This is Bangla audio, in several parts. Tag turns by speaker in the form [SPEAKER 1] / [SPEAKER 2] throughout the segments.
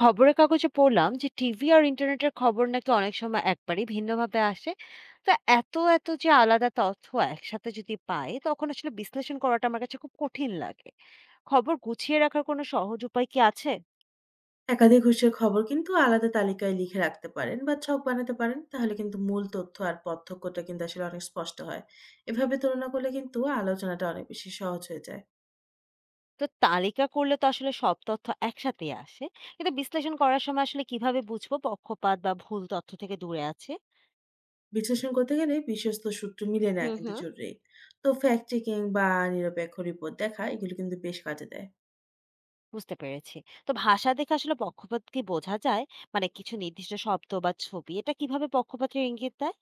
[SPEAKER 1] খবরের কাগজে পড়লাম যে টিভি আর ইন্টারনেটের খবর নাকি অনেক সময় একবারই ভিন্নভাবে আসে। তা এত এত যে আলাদা তথ্য একসাথে যদি পাই তখন আসলে বিশ্লেষণ করাটা আমার কাছে খুব কঠিন লাগে। খবর গুছিয়ে রাখার কোনো সহজ উপায় কি আছে?
[SPEAKER 2] একাধিক উৎসের খবর কিন্তু আলাদা তালিকায় লিখে রাখতে পারেন বা ছক বানাতে পারেন। তাহলে কিন্তু মূল তথ্য আর পার্থক্যটা কিন্তু আসলে অনেক স্পষ্ট হয়। এভাবে তুলনা করলে কিন্তু আলোচনাটা অনেক বেশি সহজ হয়ে যায়।
[SPEAKER 1] তো তালিকা করলে তো আসলে সব তথ্য একসাথে আসে, কিন্তু বিশ্লেষণ করার সময় আসলে কিভাবে বুঝবো পক্ষপাত বা ভুল তথ্য থেকে দূরে আছে?
[SPEAKER 2] বিশ্লেষণ করতে গেলে বিশ্বস্ত সূত্র মিলে নেওয়া
[SPEAKER 1] হুম
[SPEAKER 2] কিন্তু
[SPEAKER 1] হুম।
[SPEAKER 2] জরুরি। তো ফ্যাক্ট চেকিং বা নিরপেক্ষ রিপোর্ট দেখা এগুলো কিন্তু বেশ কাজে দেয়।
[SPEAKER 1] বুঝতে পেরেছি। তো ভাষা দেখে আসলে পক্ষপাত কি বোঝা যায়? মানে কিছু নির্দিষ্ট শব্দ বা ছবি এটা কিভাবে পক্ষপাতের ইঙ্গিত দেয়?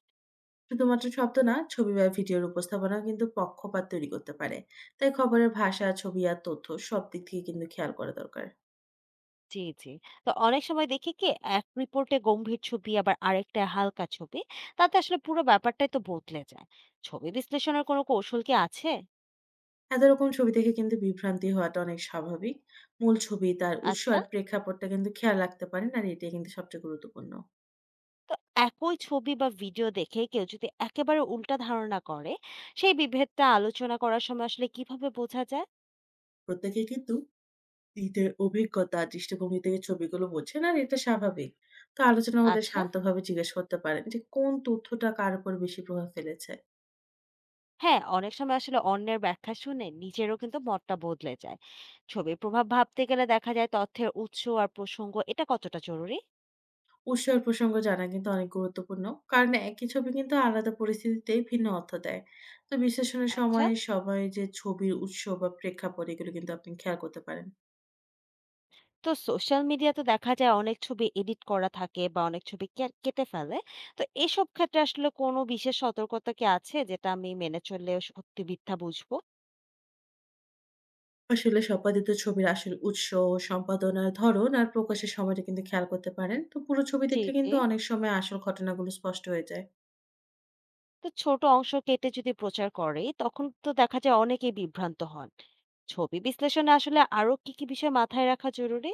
[SPEAKER 2] শুধুমাত্র শব্দ না, ছবি বা ভিডিওর উপস্থাপনা কিন্তু পক্ষপাত তৈরি করতে পারে। তাই খবরের ভাষা, ছবি আর তথ্য সব দিক থেকে কিন্তু খেয়াল করা দরকার।
[SPEAKER 1] জি, জি। তো অনেক সময় দেখি কি, এক রিপোর্টে গম্ভীর ছবি আবার আরেকটায় হালকা ছবি। তাতে আসলে পুরো ব্যাপারটাই তো বদলে যায়। ছবি বিশ্লেষণের কোনো কৌশল কি আছে?
[SPEAKER 2] এত রকম ছবি দেখে কিন্তু বিভ্রান্তি হওয়াটা অনেক স্বাভাবিক। মূল ছবি, তার উৎস
[SPEAKER 1] আচ্ছা,
[SPEAKER 2] আর প্রেক্ষাপটটা কিন্তু খেয়াল রাখতে পারেন। আর এটাই কিন্তু সবচেয়ে গুরুত্বপূর্ণ।
[SPEAKER 1] তো একই ছবি বা ভিডিও দেখে কেউ যদি একেবারে উল্টা ধারণা করে, সেই বিভেদটা আলোচনা করার সময় আসলে কিভাবে বোঝা যায়?
[SPEAKER 2] প্রত্যেকে কিন্তু নিজের অভিজ্ঞতা, আর দৃষ্টিভঙ্গি থেকে ছবিগুলো বোঝেন, আর এটা স্বাভাবিক। তো আলোচনা হলে
[SPEAKER 1] আচ্ছা।
[SPEAKER 2] শান্তভাবে জিজ্ঞেস করতে পারেন যে কোন তথ্যটা কার উপর বেশি প্রভাব ফেলেছে।
[SPEAKER 1] হ্যাঁ, অনেক সময় আসলে অন্যের ব্যাখ্যা শুনে নিজেরও কিন্তু মতটা বদলে যায়। ছবির প্রভাব ভাবতে গেলে দেখা যায় তথ্যের উৎস আর প্রসঙ্গ এটা কতটা জরুরি?
[SPEAKER 2] উৎস আর প্রসঙ্গ জানা কিন্তু অনেক গুরুত্বপূর্ণ। কারণ একই ছবি কিন্তু আলাদা পরিস্থিতিতেই ভিন্ন অর্থ দেয়। তো বিশ্লেষণের
[SPEAKER 1] আচ্ছা।
[SPEAKER 2] সময় সবাই যে ছবির উৎস বা প্রেক্ষাপট এগুলো কিন্তু আপনি খেয়াল করতে পারেন।
[SPEAKER 1] তো সোশ্যাল মিডিয়াতে দেখা যায় অনেক ছবি এডিট করা থাকে বা অনেক ছবি কেটে ফেলে। তো এসব ক্ষেত্রে আসলে কোনো বিশেষ সতর্কতা কি আছে যেটা আমি মেনে চললে সত্যি মিথ্যা বুঝবো?
[SPEAKER 2] আসলে সম্পাদিত ছবির আসল উৎস, সম্পাদনার ধরন আর প্রকাশের সময়টা কিন্তু খেয়াল করতে পারেন। তো পুরো ছবি
[SPEAKER 1] জি
[SPEAKER 2] দেখলে
[SPEAKER 1] জি।
[SPEAKER 2] কিন্তু অনেক সময় আসল ঘটনাগুলো স্পষ্ট হয়ে যায়।
[SPEAKER 1] তো ছোট অংশ কেটে যদি প্রচার করে তখন তো দেখা যায় অনেকেই বিভ্রান্ত হন। ছবি বিশ্লেষণে আসলে আরো কি কি বিষয় মাথায় রাখা জরুরি?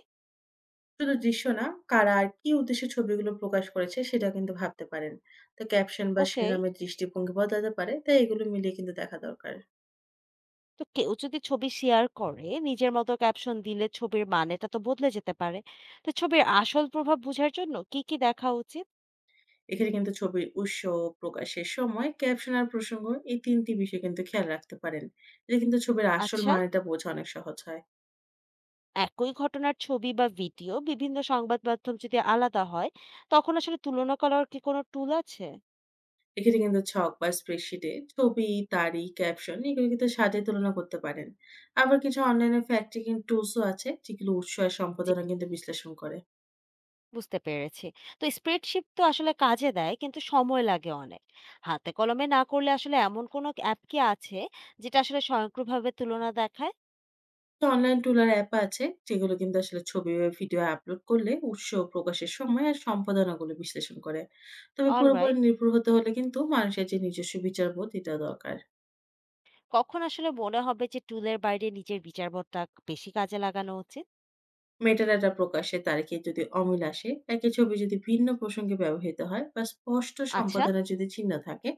[SPEAKER 2] শুধু দৃশ্য না, কারা আর কি উদ্দেশ্যে ছবিগুলো প্রকাশ করেছে সেটা কিন্তু ভাবতে পারেন। তো ক্যাপশন বা
[SPEAKER 1] ওকে।
[SPEAKER 2] শিরোনামের দৃষ্টিভঙ্গি বদলাতে পারে, তাই এগুলো মিলিয়ে কিন্তু দেখা দরকার।
[SPEAKER 1] তো কেউ যদি ছবি শেয়ার করে নিজের মতো ক্যাপশন দিলে ছবির মানেটা তো বদলে যেতে পারে। তো ছবির আসল প্রভাব বোঝার জন্য কি কি দেখা উচিত?
[SPEAKER 2] এখানে কিন্তু ছবির উৎস, প্রকাশের সময়, ক্যাপশন আর প্রসঙ্গ, এই ৩ টি বিষয় কিন্তু খেয়াল রাখতে পারেন। এতে কিন্তু ছবির আসল
[SPEAKER 1] আচ্ছা।
[SPEAKER 2] মানেটা বোঝা অনেক সহজ হয়।
[SPEAKER 1] একই ঘটনার ছবি বা ভিডিও বিভিন্ন সংবাদ মাধ্যম যদি আলাদা হয়, তখন আসলে তুলনা করার কি কোনো টুল আছে?
[SPEAKER 2] এক্ষেত্রে কিন্তু ছক বা স্প্রেডশিটে ছবি, তারিখ, ক্যাপশন এগুলো কিন্তু সাজিয়ে তুলনা করতে পারেন। আবার কিছু অনলাইনে ফ্যাক্ট চেকিং টুলসও আছে যেগুলো উৎস আর
[SPEAKER 1] জি,
[SPEAKER 2] সম্পাদনা কিন্তু বিশ্লেষণ করে।
[SPEAKER 1] বুঝতে পেরেছি। তো স্প্রেডশিট তো আসলে কাজে দেয়, কিন্তু সময় লাগে অনেক। হাতে কলমে না করলে আসলে এমন কোনো অ্যাপ কি আছে যেটা আসলে স্বয়ংক্রিয়ভাবে তুলনা দেখায়?
[SPEAKER 2] তো অনলাইন টুল আর অ্যাপ আছে যেগুলো কিন্তু আসলে ছবি বা ভিডিও আপলোড করলে উৎস ও প্রকাশের সময় আর সম্পাদনাগুলো বিশ্লেষণ করে। তবে পুরোপুরি
[SPEAKER 1] অলরাইট।
[SPEAKER 2] নির্ভর হতে হলে কিন্তু মানুষের যে নিজস্ব বিচারবোধ এটা দরকার।
[SPEAKER 1] কখন আসলে মনে হবে যে টুলের বাইরে নিজের বিচারবোধটা বেশি কাজে লাগানো উচিত?
[SPEAKER 2] মেটাডাটা প্রকাশের তারিখে যদি অমিল আসে, একই ছবি যদি ভিন্ন প্রসঙ্গে ব্যবহৃত হয় বা স্পষ্ট
[SPEAKER 1] আচ্ছা।
[SPEAKER 2] সম্পাদনার যদি চিহ্ন থাকে,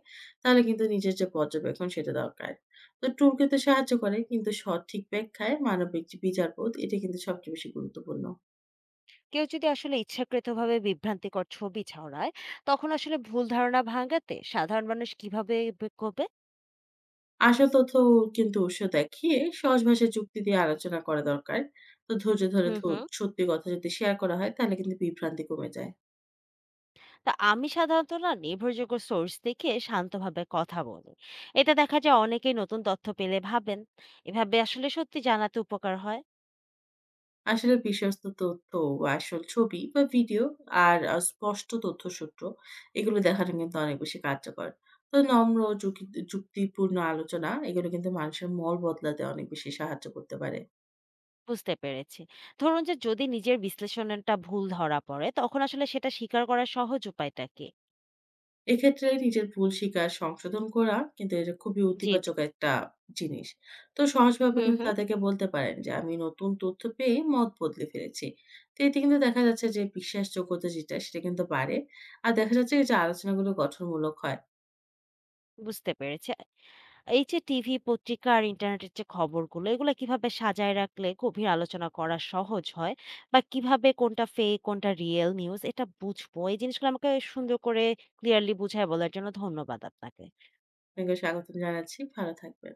[SPEAKER 2] তাহলে কিন্তু নিজের যে পর্যবেক্ষণ সেটা দরকার। তো টুল কিন্তু সাহায্য করে, কিন্তু সঠিক ব্যাখ্যায় মানবিক যে বিচারবোধ এটা কিন্তু সবচেয়ে বেশি গুরুত্বপূর্ণ।
[SPEAKER 1] কেউ যদি আসলে ইচ্ছাকৃতভাবে বিভ্রান্তিকর ছবি ছড়ায় তখন আসলে ভুল ধারণা ভাঙাতে সাধারণ মানুষ কিভাবে করবে?
[SPEAKER 2] আসল তথ্য ও কিন্তু উৎস দেখিয়ে সহজ ভাষায় যুক্তি দিয়ে আলোচনা করা দরকার। তো ধৈর্য ধরে
[SPEAKER 1] হুম
[SPEAKER 2] ধ
[SPEAKER 1] হুম।
[SPEAKER 2] সত্যি কথা যদি শেয়ার করা হয় তাহলে কিন্তু বিভ্রান্তি কমে যায়।
[SPEAKER 1] তা আমি সাধারণত না নির্ভরযোগ্য সোর্স দেখে শান্তভাবে কথা বলি। এটা দেখা যায় অনেকেই নতুন তথ্য পেলে ভাবেন এভাবে আসলে সত্যি জানাতে উপকার হয়।
[SPEAKER 2] আসলে বিশ্বস্ত তথ্য, আসল ছবি বা ভিডিও আর স্পষ্ট তথ্যসূত্র, এগুলো দেখাটা কিন্তু অনেক বেশি কার্যকর। তো নম্র ও যুক্তিপূর্ণ আলোচনা এগুলো কিন্তু মানুষের মন বদলাতে অনেক বেশি সাহায্য করতে পারে।
[SPEAKER 1] বুঝতে পেরেছি। ধরুন যে যদি নিজের বিশ্লেষণটা ভুল ধরা পড়ে তখন আসলে সেটা স্বীকার করার সহজ উপায়টা কি?
[SPEAKER 2] এক্ষেত্রে নিজের ভুল স্বীকার, সংশোধন করা কিন্তু এটা খুবই
[SPEAKER 1] জি।
[SPEAKER 2] ইতিবাচক একটা জিনিস। তো সহজভাবে
[SPEAKER 1] হুম
[SPEAKER 2] কিন্তু
[SPEAKER 1] হুম।
[SPEAKER 2] তাদেরকে বলতে পারেন যে, "আমি নতুন তথ্য পেয়ে মত বদলে ফেলেছি।" তো এতে কিন্তু দেখা যাচ্ছে যে বিশ্বাসযোগ্যতা যেটা সেটা কিন্তু বাড়ে। আর দেখা যাচ্ছে যে আলোচনাগুলো গঠনমূলক হয়।
[SPEAKER 1] বুঝতে পেরেছি। এই যে টিভি, পত্রিকা আর ইন্টারনেটের যে খবরগুলো, এগুলা কিভাবে সাজায় রাখলে গভীর আলোচনা করা সহজ হয়? বা কিভাবে কোনটা ফেক, কোনটা রিয়েল নিউজ এটা বুঝবো? এই জিনিসগুলো আমাকে সুন্দর করে ক্লিয়ারলি বুঝায় বলার জন্য ধন্যবাদ আপনাকে।
[SPEAKER 2] আপনাকেও স্বাগতম জানাচ্ছি। ভালো থাকবেন।